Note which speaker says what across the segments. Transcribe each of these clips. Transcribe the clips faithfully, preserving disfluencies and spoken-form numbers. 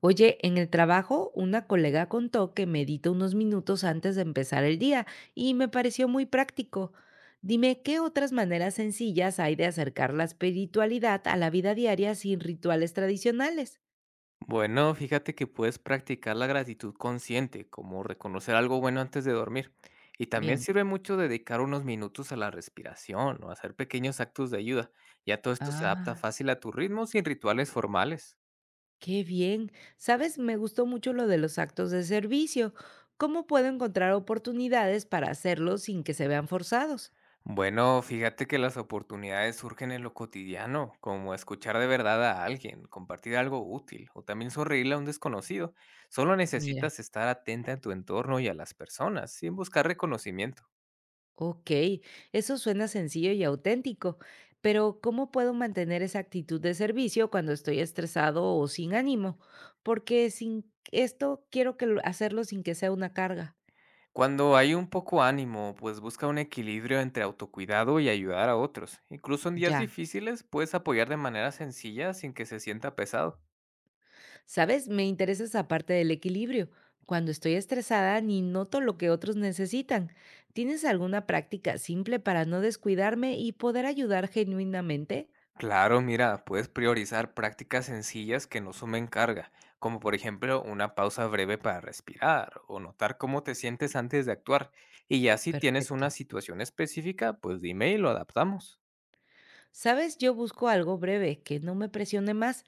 Speaker 1: Oye, en el trabajo, una colega contó que medita unos minutos antes de empezar el día y me pareció muy práctico. Dime, ¿qué otras maneras sencillas hay de acercar la espiritualidad a la vida diaria sin rituales tradicionales?
Speaker 2: Bueno, fíjate que puedes practicar la gratitud consciente, como reconocer algo bueno antes de dormir. Y también
Speaker 1: Bien.
Speaker 2: sirve mucho dedicar unos minutos a la respiración o hacer pequeños actos de ayuda. Ya todo esto se adapta
Speaker 1: Ah,
Speaker 2: fácil a tu ritmo sin rituales formales.
Speaker 1: qué bien. Sabes, me gustó mucho lo de los actos de servicio. ¿Cómo puedo encontrar oportunidades para hacerlos sin que se vean forzados?
Speaker 2: Bueno, fíjate que las oportunidades surgen en lo cotidiano, como escuchar de verdad a alguien, compartir algo útil o también sonreírle a un desconocido. Solo
Speaker 1: Mira.
Speaker 2: necesitas estar atenta a tu entorno y a las personas, sin buscar reconocimiento.
Speaker 1: Ok, eso suena sencillo y auténtico, pero ¿cómo puedo mantener esa actitud de servicio cuando estoy estresado o sin ánimo? Porque sin esto quiero que lo- hacerlo sin que sea una carga.
Speaker 2: Cuando hay un poco ánimo, pues busca un equilibrio entre autocuidado y ayudar a otros. Incluso en días
Speaker 1: Ya,
Speaker 2: difíciles puedes apoyar de manera sencilla sin que se sienta pesado.
Speaker 1: ¿sabes? Me interesa esa parte del equilibrio. Cuando estoy estresada ni noto lo que otros necesitan. ¿Tienes alguna práctica simple para no descuidarme y poder ayudar genuinamente?
Speaker 2: Claro, mira, puedes priorizar prácticas sencillas que no sumen carga, como por ejemplo una pausa breve para respirar o notar cómo te sientes antes de actuar. Y ya si tienes una
Speaker 1: Perfecto.
Speaker 2: situación específica, pues dime y lo adaptamos.
Speaker 1: ¿Sabes? Yo busco algo breve que no me presione más.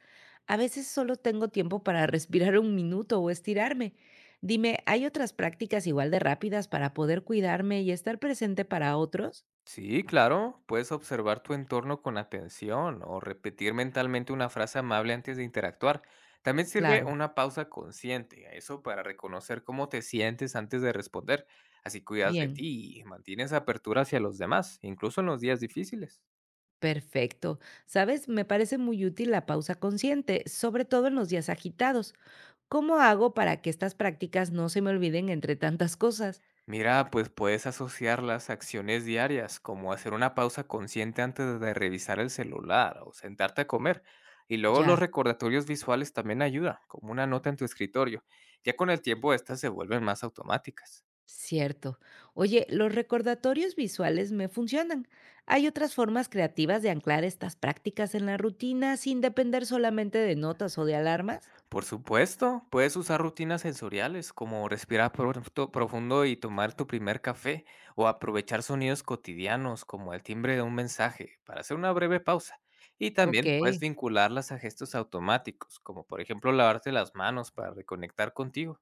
Speaker 1: A veces solo tengo tiempo para respirar un minuto o estirarme. Dime, ¿hay otras prácticas igual de rápidas para poder cuidarme y estar presente para otros?
Speaker 2: Sí, claro, puedes observar tu entorno con atención o repetir mentalmente una frase amable antes de interactuar. También sirve
Speaker 1: Claro.
Speaker 2: una pausa consciente, eso para reconocer cómo te sientes antes de responder. Así cuidas de
Speaker 1: Bien,
Speaker 2: ti y mantienes apertura hacia los demás, incluso en los días difíciles.
Speaker 1: perfecto. ¿Sabes? Me parece muy útil la pausa consciente, sobre todo en los días agitados. ¿Cómo hago para que estas prácticas no se me olviden entre tantas cosas?
Speaker 2: Mira, pues puedes asociar las acciones diarias, como hacer una pausa consciente antes de revisar el celular o sentarte a comer. Y luego los
Speaker 1: Ya.
Speaker 2: recordatorios visuales también ayudan, como una nota en tu escritorio. Ya con el tiempo estas se vuelven más automáticas.
Speaker 1: Cierto. Oye, los recordatorios visuales me funcionan. Hay otras formas creativas de anclar estas prácticas en la rutina sin depender solamente de notas o de alarmas.
Speaker 2: Por supuesto, puedes usar rutinas sensoriales como respirar profundo profundo y tomar tu primer café o aprovechar sonidos cotidianos como el timbre de un mensaje para hacer una breve pausa. Y
Speaker 1: Ok,
Speaker 2: también puedes vincularlas a gestos automáticos, como por ejemplo lavarte las manos para reconectar contigo.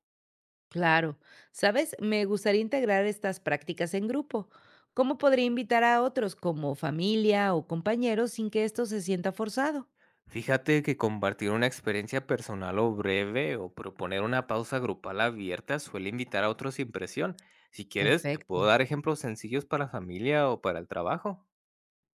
Speaker 1: claro. Sabes, me gustaría integrar estas prácticas en grupo. ¿Cómo podría invitar a otros como familia o compañeros sin que esto se sienta forzado?
Speaker 2: Fíjate que compartir una experiencia personal o breve o proponer una pausa grupal abierta suele invitar a otros sin presión. Si quieres, te puedo
Speaker 1: Perfecto.
Speaker 2: dar ejemplos sencillos para familia o para el trabajo.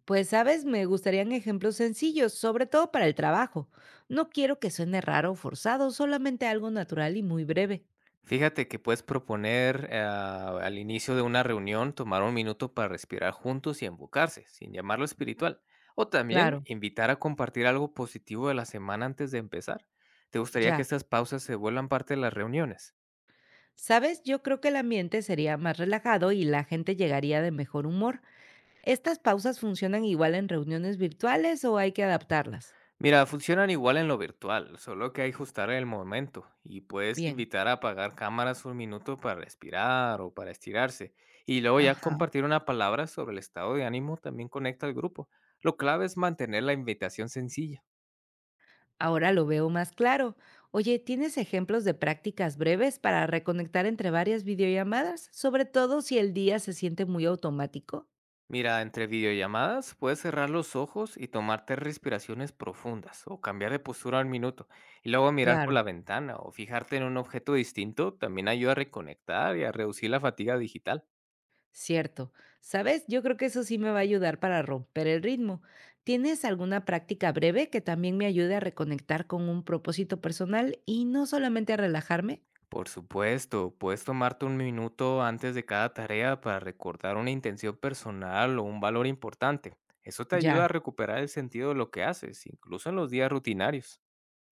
Speaker 1: Pues, sabes, me gustarían ejemplos sencillos, sobre todo para el trabajo. No quiero que suene raro o forzado, solamente algo natural y muy breve.
Speaker 2: Fíjate que puedes proponer ah, al inicio de una reunión tomar un minuto para respirar juntos y enfocarse, sin llamarlo espiritual. O también
Speaker 1: Claro,
Speaker 2: invitar a compartir algo positivo de la semana antes de empezar. ¿Te gustaría que
Speaker 1: ya.
Speaker 2: estas pausas se vuelvan parte de las reuniones?
Speaker 1: ¿Sabes? Yo creo que el ambiente sería más relajado y la gente llegaría de mejor humor. ¿Estas pausas funcionan igual en reuniones virtuales o hay que adaptarlas?
Speaker 2: Mira, funcionan igual en lo virtual, solo que hay que ajustar el momento y puedes
Speaker 1: Bien.
Speaker 2: invitar a apagar cámaras un minuto para respirar o para estirarse y luego ya
Speaker 1: Ajá.
Speaker 2: compartir una palabra sobre el estado de ánimo también conecta al grupo. Lo clave es mantener la invitación sencilla.
Speaker 1: Ahora lo veo más claro. Oye, ¿tienes ejemplos de prácticas breves para reconectar entre varias videollamadas? Sobre todo si el día se siente muy automático.
Speaker 2: Mira, entre videollamadas puedes cerrar los ojos y tomarte respiraciones profundas o cambiar de postura un minuto y luego mirar por
Speaker 1: Claro.
Speaker 2: la ventana o fijarte en un objeto distinto también ayuda a reconectar y a reducir la fatiga digital.
Speaker 1: Cierto. ¿Sabes? Yo creo que eso sí me va a ayudar para romper el ritmo. ¿Tienes alguna práctica breve que también me ayude a reconectar con un propósito personal y no solamente a relajarme?
Speaker 2: Por supuesto, puedes tomarte un minuto antes de cada tarea para recordar una intención personal o un valor importante. Eso te ayuda
Speaker 1: Ya,
Speaker 2: a recuperar el sentido de lo que haces, incluso en los días rutinarios.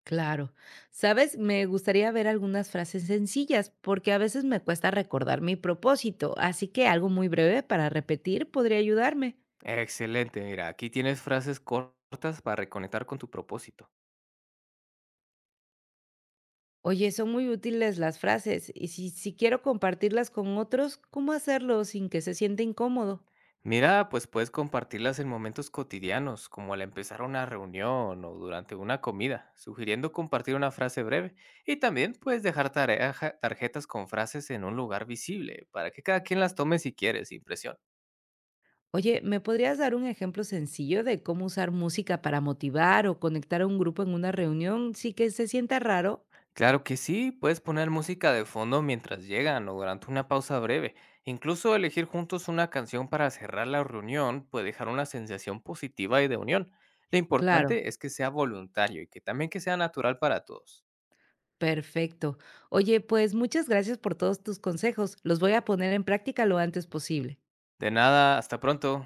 Speaker 1: claro. ¿Sabes? Me gustaría ver algunas frases sencillas porque a veces me cuesta recordar mi propósito, así que algo muy breve para repetir podría ayudarme.
Speaker 2: Excelente, mira, aquí tienes frases cortas para reconectar con tu propósito.
Speaker 1: Oye, son muy útiles las frases y si, si quiero compartirlas con otros, ¿cómo hacerlo sin que se sienta incómodo?
Speaker 2: Mira, pues puedes compartirlas en momentos cotidianos, como al empezar una reunión o durante una comida, sugiriendo compartir una frase breve. Y también puedes dejar tareaja- tarjetas con frases en un lugar visible, para que cada quien las tome si quiere, sin presión.
Speaker 1: Oye, ¿me podrías dar un ejemplo sencillo de cómo usar música para motivar o conectar a un grupo en una reunión sin que se sienta raro?
Speaker 2: Claro que sí, puedes poner música de fondo mientras llegan o durante una pausa breve. Incluso elegir juntos una canción para cerrar la reunión puede dejar una sensación positiva y de unión. Lo
Speaker 1: Claro,
Speaker 2: importante es que sea voluntario y que también que sea natural para todos.
Speaker 1: perfecto. Oye, pues muchas gracias por todos tus consejos. Los voy a poner en práctica lo antes posible.
Speaker 2: De nada, hasta pronto.